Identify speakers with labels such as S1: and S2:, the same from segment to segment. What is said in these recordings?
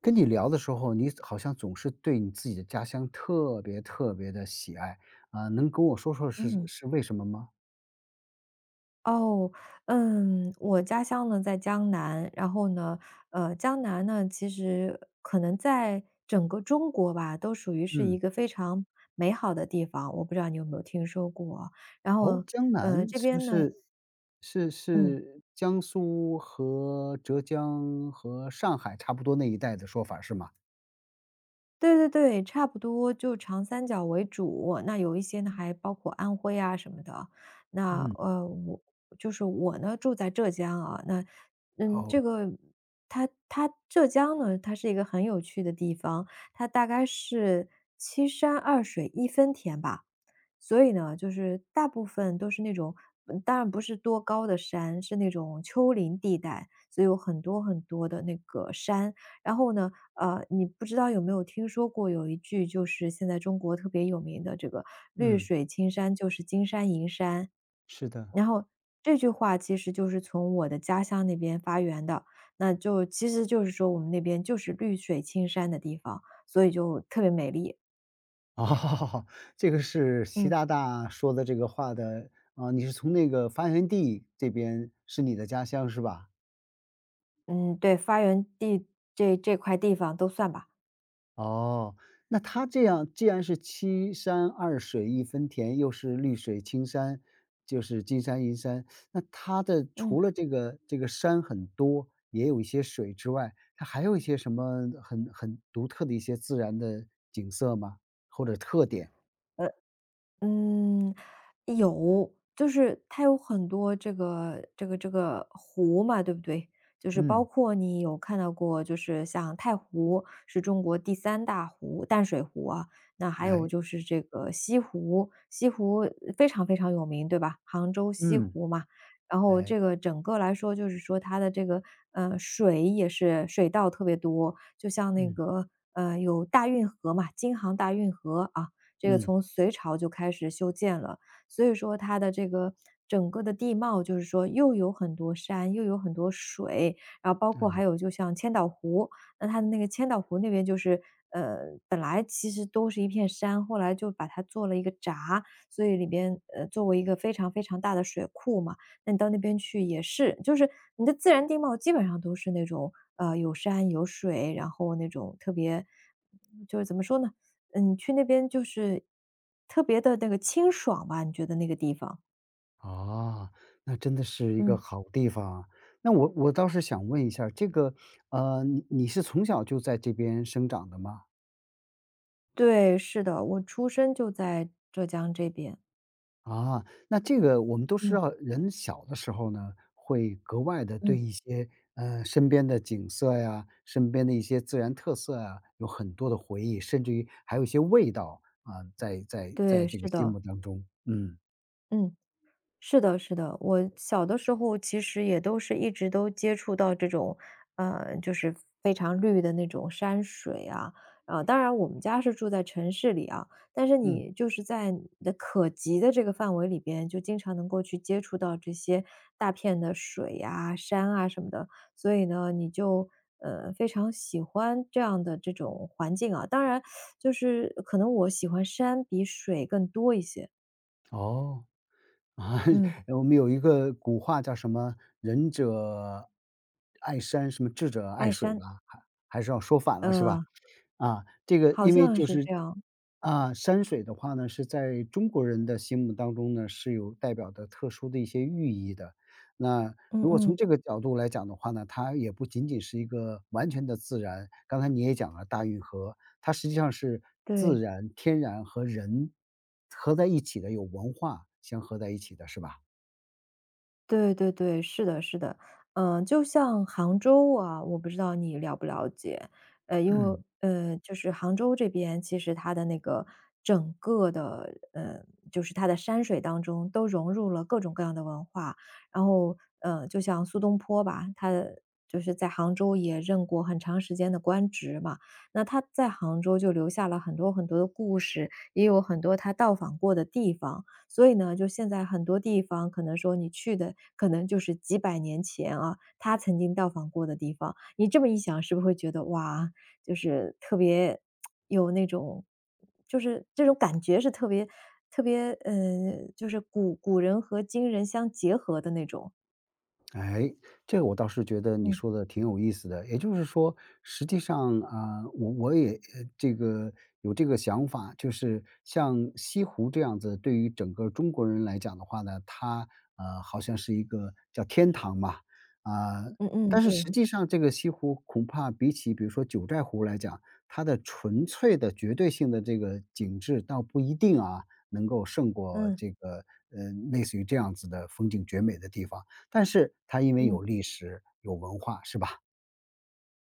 S1: 跟你聊的时候，你好像总是对你自己的家乡特别特别的喜爱，啊，能跟我说说是
S2: 嗯，
S1: 是为什么吗？
S2: 哦，嗯，我家乡呢在江南，然后呢，江南呢，其实可能在整个中国吧，都属于是一
S1: 嗯，
S2: 个非常美好的地方，我不知道你有没有听说过啊。然
S1: 哦，
S2: 后，
S1: 江南
S2: 这
S1: 是不
S2: 边呢，
S1: 是是
S2: 嗯。
S1: 是江苏和浙江和上海差不多那一带的说法是吗？
S2: 对对对，差不多就长三角为主，那有一些呢还包括安徽啊什么的。那
S1: 嗯，
S2: 我就是我呢住在浙江啊，那这
S1: 哦，
S2: 个它浙江呢，它是一个很有趣的地方，它大概是七山二水一分田吧，所以呢，就是大部分都是那种，当然不是多高的山，是那种丘陵地带，所以有很多很多的那个山。然后呢，你不知道有没有听说过有一句就是现在中国特别有名的这个"绿
S1: 嗯，
S2: 水青山就是金山银山"。
S1: 是的。
S2: 然后这句话其实就是从我的家乡那边发源的，那就其实就是说我们那边就是绿水青山的地方，所以就特别美丽。
S1: 哦，这个是习
S2: 嗯，
S1: 大大说的这个话的，啊，你是从那个发源地这边是你的家乡是吧？
S2: 嗯，对，发源地这块地方都算吧，
S1: 哦，那它这样既然是"七山二水一分田"，又是"绿水青山"，就是金山银山，那它的
S2: 嗯。
S1: 除了这个山很多，也有一些水之外，它还有一些什么很独特的一些自然的景色吗？或者特点？
S2: 嗯，有，就是它有很多这个湖嘛，对不对？就是包
S1: 嗯，
S2: 括你有看到过，就是像太湖是中国第三大湖，淡水湖啊。那还有
S1: 哎，
S2: 就是这个西湖，西湖非常非常有名，对吧？杭州西
S1: 嗯，
S2: 湖嘛。然后
S1: 哎，
S2: 这个整个来说，就是说它的这个水也是水道特别多，就像那
S1: 嗯，
S2: 个有大运河嘛，京杭大运河啊，这个
S1: 嗯，
S2: 从隋朝就开始修建了。所以说它的这个整个的地貌，就是说又有很多山，又有很多水，然后包括还
S1: 嗯。
S2: 有就像千岛湖，那它的那个千岛湖那边就是，呃，本来其实都是一片山，后来就把它做了一个闸，所以里边，作为一个非常非常大的水库嘛，那你到那边去也是，就是你的自然地貌基本上都是那种，有山有水，然后那种特别就是怎么说呢？嗯，去那边就是特别的那个清爽吧，你觉得那个地方？
S1: 啊，那真的是一个
S2: 嗯。
S1: 好地方啊。那我倒是想问一下儿这个，你是从小就在这边生长的吗？
S2: 对，是的，我出生就在浙江这边。
S1: 啊，那这个我们都知
S2: 嗯，
S1: 道，人小的时候呢，会格外的对
S2: 嗯。
S1: 一些，身边的景色呀，身边的一些自然特色啊，有很多的回忆，甚至于还有一些味道，啊，在在
S2: 对，
S1: 在这个
S2: 是
S1: 心
S2: 的，
S1: 目当中。嗯，
S2: 嗯。是的，是的，我小的时候其实也都是一直都接触到这种，就是非常绿的那种山水啊，啊，当然我们家是住在城市里啊，但是
S1: 嗯，
S2: 你就是在你的可及的这个范围里边，就经常能够去接触到这些大片的水呀、山啊什么的，所以呢，你就非常喜欢这样的这种环境啊。当然，就是可能我喜欢山比水更多一些，
S1: 哦。啊，
S2: 嗯，
S1: 我们有一个古话叫什么"仁者爱山，什么智者爱
S2: 爱
S1: 水"
S2: 山，
S1: 吧，还是要说反了是吧？
S2: 呃。
S1: 啊，这个
S2: 好
S1: 因为
S2: 像
S1: 就
S2: 是
S1: 是
S2: 这样，
S1: 啊，山水的话呢，是在中国人的心目当中呢，是有代表的特殊的一些寓意的。那
S2: 嗯
S1: 如果从
S2: 嗯，
S1: 这个角度来讲的话呢，它也不仅仅是一个完全的自然，刚才你也讲了大运河，它实际上是
S2: 对，
S1: 自然、天然和人合在一起的，有文化相合在一起的，是吧？
S2: 对对对，是的是的。嗯，就像杭州啊，我不知道你了不了解，因为就是杭州这边其实它的那个整个的，就是它的山水当中都融入了各种各样的文化。然后，就像苏东坡吧，他就是在杭州也任过很长时间的官职嘛，那他在杭州就留下了很多很多的故事，也有很多他到访过的地方。所以呢，就现在很多地方可能说你去的可能就是几百年前啊，他曾经到访过的地方。你这么一想，是不是会觉得哇，就是特别有那种，就是这种感觉是特别特别，就是古人和今人相结合的那种。
S1: 哎，这个我倒是觉得你
S2: 嗯，
S1: 说的挺有意思的。也就是说，实际上啊，我也这个有这个想法，就是像西湖这样子，对于整个中国人来讲的话呢，它好像是一个叫天堂嘛，啊、
S2: 嗯嗯，
S1: 但是
S2: 对，
S1: 实际上这个西湖恐怕比起比如说九寨湖来讲，它的纯粹的绝对性的这个景致倒不一定啊能够胜过
S2: 嗯
S1: 这个呃类似于这样子的风景绝美的地方。但是它因为
S2: 嗯。
S1: 有历史、有文化，是吧？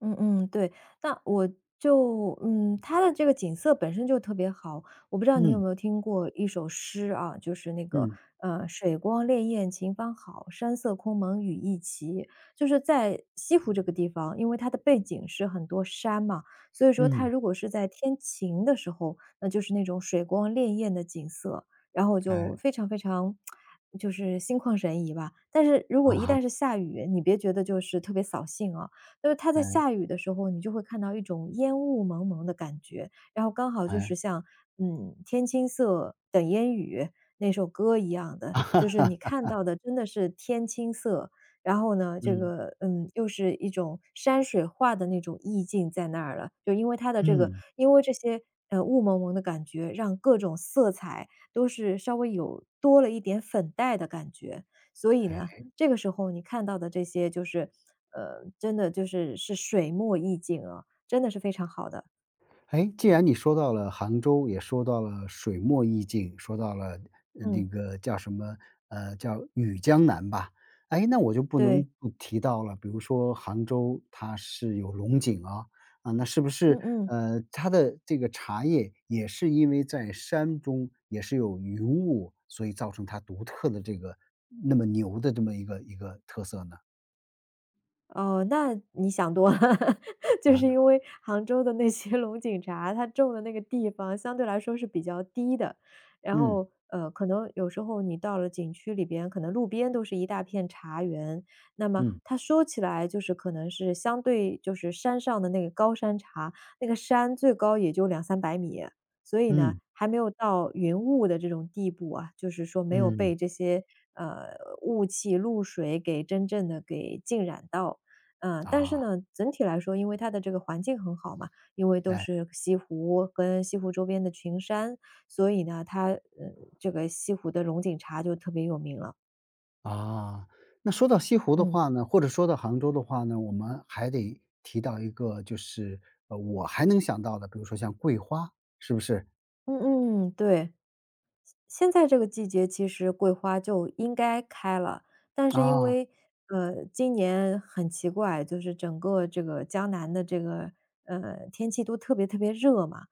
S2: 嗯嗯，对，那我就它的这个景色本身就特别好。我不知道你有
S1: 嗯，
S2: 没有听过一首诗啊，就是那个
S1: 嗯，
S2: “水光潋滟晴方好，山色空蒙雨亦奇"。就是在西湖这个地方，因为它的背景是很多山嘛，所以说它
S1: 嗯，
S2: 如果是在天晴的时候，那就是那种水光潋滟的景色，然后
S1: 哎，
S2: 就非常非常就是心旷神怡吧。但是如果
S1: 啊
S2: 一
S1: 哈，
S2: 旦是下雨，你别觉得就是特别扫兴啊。就是它在
S1: 哎，
S2: 下雨的时候，你就会看到一种烟雾蒙蒙的感觉，然后刚好就是
S1: 哎，
S2: 像，天青色等烟雨"那首歌一样的，就是你 看到的真的是天青色，然后呢，这
S1: 嗯，
S2: 个，又是一种山水画的那种意境在那儿了。就因为它的这个
S1: 嗯，
S2: 因为这些，雾蒙蒙的感觉，让各种色彩都是稍微有多了一点粉黛的感觉。所以呢，
S1: 哎。
S2: 这个时候你看到的这些就是，真的就是是水墨意境啊，真的是非常好的。
S1: 哎，既然你说到了杭州，也说到了水墨意境，说到了那
S2: 嗯，
S1: 个叫什么，叫雨江南吧。哎，那我就不能
S2: 对。
S1: 不提到了，比如说杭州它是有龙井啊，啊，那是不是
S2: 嗯嗯。
S1: 它的这个茶叶也是因为在山中也是有云雾，所以造成它独特的这个那么牛的这么一个特色呢？
S2: 哦，那你想多了，就是
S1: 啊，
S2: 因为杭州的那些龙井茶，它种的那个地方相对来说是比较低的，然
S1: 嗯
S2: 后，可能有时候你到了景区里边，可能路边都是一大片茶园，那么
S1: 嗯
S2: 它说起来就是可能是相对就是山上的那个高山茶，那个山最高也就两三百米，所以呢，
S1: 嗯
S2: 还没有到云雾的这种地步啊，就是说没有
S1: 嗯
S2: 被这些，呃，雾气、露水给真正的给浸染到。嗯，但是
S1: 啊，
S2: 呢，整体来说，因为它的这个环境很好嘛，因为都
S1: 哎。
S2: 是西湖跟西湖周边的群山，所以呢，它这个西湖的龙井茶就特别有名了。
S1: 啊，那说到西湖的
S2: 嗯，
S1: 话呢，或者说到杭州的话呢，我们还得提到一个，就是我还能想到的，比如说像桂花，是不是？
S2: 嗯嗯，对。现在这个季节其实桂花就应该开了，但是因
S1: 啊
S2: 为，今年很奇怪，就是整个这个江南的这个，天气都特别特别热嘛，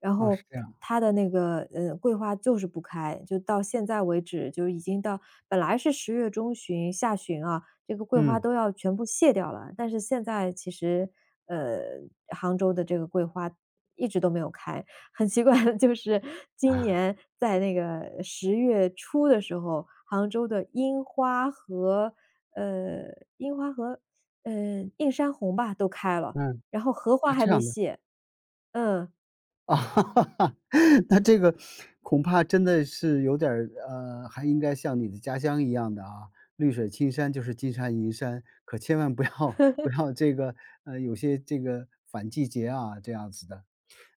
S2: 然
S1: 啊，是
S2: 后
S1: 这样，
S2: 它的那个，桂花就是不开，就到现在为止，就已经到本来是十月中旬、下旬啊，这个桂花
S1: 嗯
S2: 都要全部谢掉了，但是现在其实，呃，杭州的这个桂花一直都没有开。很奇怪的就是今年在那个十月初的时候，杭州的樱花和呃，樱花和，呃，映山红吧，都开了，
S1: 嗯，
S2: 然后荷花
S1: 啊，
S2: 还
S1: 这
S2: 没
S1: 样的
S2: 谢。嗯，
S1: 啊，那这个恐怕真的是有点儿还应该像你的家乡一样的啊，绿水青山就是金山银山，可千万不要 不要这个有些这个反季节啊，这样子的。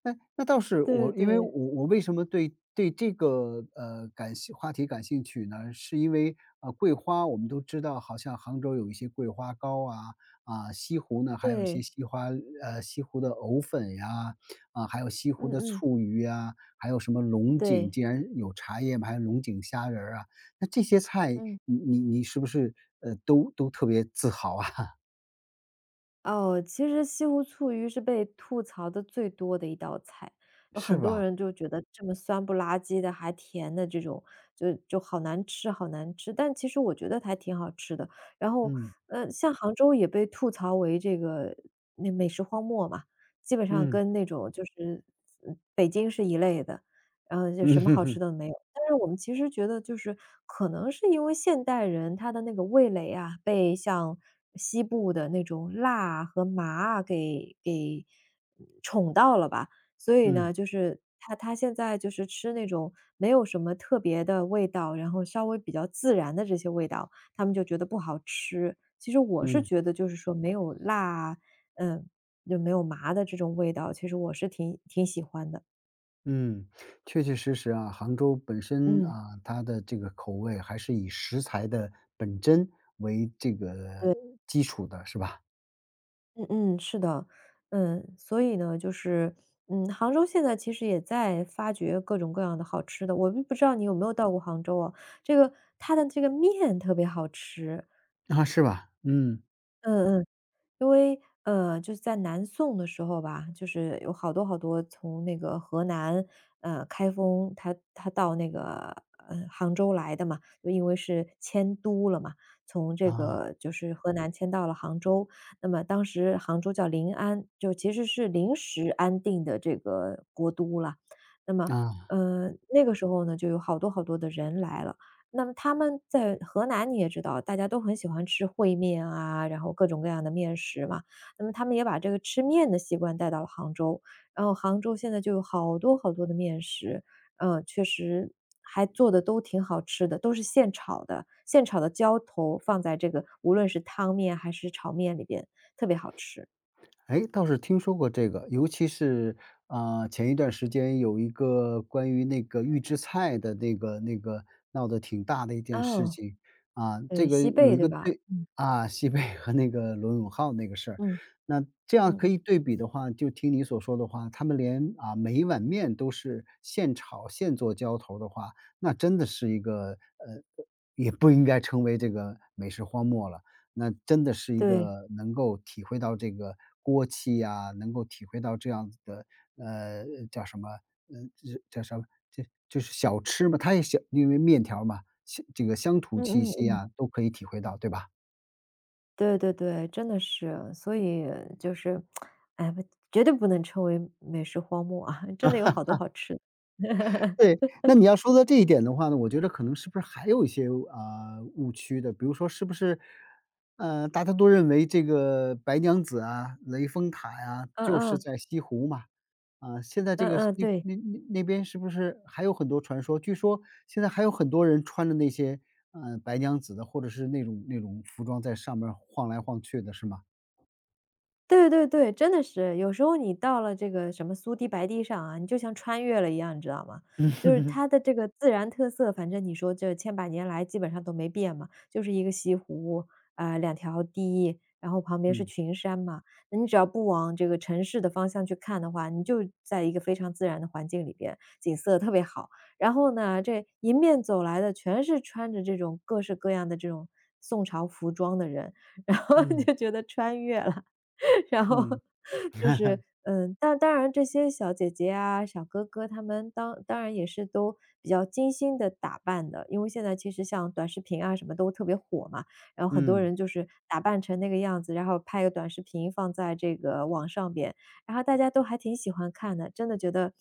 S1: 那倒是，
S2: 对
S1: 我因为我
S2: 对，
S1: 我为什么对这个，感兴话题感兴趣呢？是因为，桂花我们都知道，好像杭州有一些桂花糕啊，啊，西湖呢，还有一些
S2: 对，
S1: 西湖的藕粉呀，啊，还有西湖
S2: 嗯
S1: 的
S2: 嗯，
S1: 醋鱼啊，还有什么龙井，
S2: 对，
S1: 既然有茶叶嘛，还有龙井虾仁儿啊，那这些菜
S2: 嗯。
S1: 你是不是，都特别自豪啊，
S2: 哦，其实西湖醋鱼是被吐槽的最多的一道菜，有
S1: 是
S2: 很多
S1: 吧？
S2: 人就觉得这么酸不拉几的，还甜的这种，就好难吃，好难吃。但其实我觉得还挺好吃的。然后，
S1: 嗯，
S2: 像杭州也被吐槽为这个那美食荒漠嘛，基本上
S1: 嗯，
S2: 跟那种就是北京是一类的。然后就什么好吃
S1: 嗯
S2: 的没有。但是我们其实觉得就是可能是因为现代人他的那个味蕾啊，被像西部的那种辣和麻啊给宠到了吧。所 以
S1: 嗯，
S2: 呢，就是他现在就是吃那种没有什么特别的味道，然后稍微比较自然的这些味道，他们就觉得不好吃。其实我是
S1: 嗯。
S2: 觉得就是说没有辣，嗯，就没有麻的这种味道，其实我是挺喜欢的，
S1: 嗯，确确实实啊，杭州本身
S2: 嗯。
S1: 啊，它的这个口味还是以食材的本真为这个基础的，是吧？
S2: 嗯嗯，是的，嗯，所以呢，就是，杭州现在其实也在发掘各种各样的好吃的。我不知道你有没有到过杭州啊？这个它的这个面特别好吃，
S1: 啊，是吧？嗯，
S2: 嗯嗯。因为就是在南宋的时候吧，就是有好多好多从那个河南开封，他到那个杭州来的嘛，就因为是迁都了嘛，从这
S1: 啊，
S2: 个就是河南迁到了杭州。那么当时杭州叫临安，就其实是临时安定的这个国都了。那么
S1: 啊。
S2: 那个时候呢，就有好多好多的人来了。那么他们在河南你也知道，大家都很喜欢吃烩面啊，然后各种各样的面食嘛。那么他们也把这个吃面的习惯带到了杭州，然后杭州现在就有好多好多的面食，嗯，确实还做的都挺好吃的，都是现炒的，现炒的浇头放在这个无论是汤面还是炒面里边，特别好吃。
S1: 哎，倒是听说过这个，尤其是，啊，前一段时间有一个关于那个预制菜的那个闹得挺大的一件事
S2: 哦，
S1: 情，啊，这
S2: 对，
S1: 个
S2: 西
S1: 有
S2: 贝
S1: 一
S2: 对
S1: 个
S2: 吧？
S1: 对啊，西贝和那个罗永浩那个事儿。
S2: 嗯，
S1: 那这样
S2: 嗯
S1: 可
S2: 嗯，
S1: 以对比的话，就听你所说的话，他们连，啊，每一碗面都是现炒现做浇头的话，那真的是一个，呃，也不应该成为这个美食荒漠了。那真的是一
S2: 对，
S1: 个能够体会到这个锅气呀，能够体会到这样子的，呃，叫什么，呃，这叫什么，这就是小吃嘛，它也小因为面条儿嘛，乡这个乡土气
S2: 嗯
S1: 息
S2: 嗯。
S1: 啊，都可以体会到，对吧？
S2: 对对对，真的是，所以就是，哎，不绝对不能称为美食荒漠啊，真的有好多好吃的。
S1: 对，那你要说到这一点的话呢，我觉得可能是不是还有一些，啊，误区的，比如说是不是，大家都认为这个白娘子啊、雷峰塔呀，
S2: 嗯
S1: 就是
S2: 嗯，
S1: 在西湖嘛，啊，现在这
S2: 嗯
S1: 个
S2: 嗯，
S1: 那
S2: 对。
S1: 那那那边是不是还有很多传说？据说现在还有很多人穿着那些，白娘子的或者是那种服装在上面儿晃来晃去的是吗？
S2: 对对对，真的是，有时候你到了这个什么苏堤白堤上啊，你就像穿越了一样，你知道吗？就是它的 这个自然特色，反正你说这千百年来基本上都没变嘛，就是一个西湖，啊、两条堤，然后旁边是
S1: 嗯。
S2: 群山嘛。那你只要不往这个城市的方向去看的话，你就在一个非常自然的环境里边，景色特别好。然后呢，这迎面走来的全是穿着这种各式各样的这种宋朝服装的人，然后
S1: 嗯，嗯。
S2: 就觉得穿越了。然后
S1: 嗯
S2: 就 是，嗯，但当然这些小姐姐啊、小哥哥他们当然也是都比较精心的打扮的，因为现在其实像短视频啊什么都特别火嘛，然后很多
S1: 嗯。
S2: 人就是打扮成那个样子，然后拍个短视频放在这个网上边，然后大家都还挺喜欢看的，真的觉得，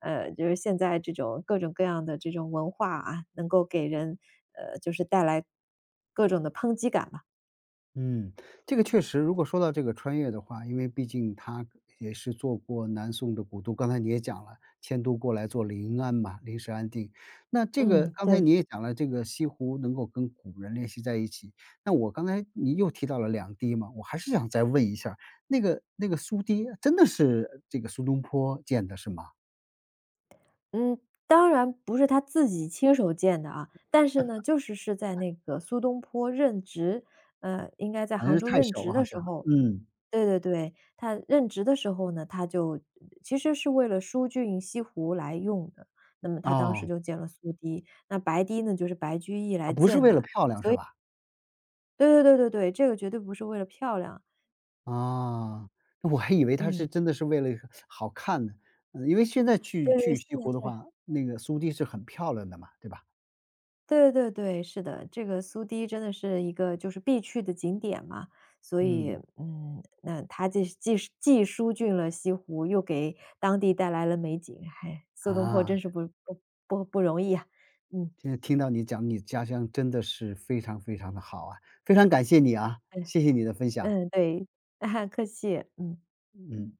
S2: 就是现在这种各种各样的这种文化啊，能够给人，就是带来各种的抨击感吧。
S1: 嗯，这个确实，如果说到这个穿越的话，因为毕竟他也是做过南宋的古都，刚才你也讲了，迁都过来做临安嘛，临时安定。那这个
S2: 嗯，
S1: 刚才
S2: 对。
S1: 你也讲了，这个西湖能够跟古人联系在一起。那我刚才你又提到了两堤嘛，我还是想再问一下儿那个苏堤真的是这个苏东坡建的是吗？
S2: 嗯，当然不是他自己亲手建的啊，但是呢，就是是在那个苏东坡任职，应该在
S1: 好像
S2: 杭
S1: 是
S2: 州
S1: 太
S2: 任
S1: 守
S2: 职的
S1: 好
S2: 时
S1: 像，
S2: 候
S1: 嗯，
S2: 对对对，他任职的时候呢，他就其实是为了疏浚西湖来用的，那么他当时
S1: 哦，
S2: 就建了苏堤，那白堤呢，就是白居易来
S1: 啊，不是
S2: 建
S1: 为了
S2: 的。
S1: 漂亮是吧？
S2: 对对对对对，这个绝对不是为了漂亮，
S1: 啊，那我还以为他是
S2: 嗯，
S1: 真的是为了好看呢，嗯，因为现在
S2: 对
S1: 去
S2: 对，
S1: 去
S2: 现
S1: 西
S2: 在
S1: 湖的
S2: 确实。
S1: 话，那个苏堤是很漂亮的嘛，对吧？
S2: 对对对，是的，这个苏堤真的是一个就是必去的景点嘛，所以，
S1: 嗯。
S2: 嗯，那它既疏浚了西湖，又给当地带来了美景，还苏东坡
S1: 啊，
S2: 真是不容易啊，嗯，
S1: 今天听到你讲你家乡真的是非常非常的好啊，非常感谢你啊，
S2: 对，
S1: 谢谢你的分享，
S2: 嗯，对，啊客气，嗯。
S1: 嗯。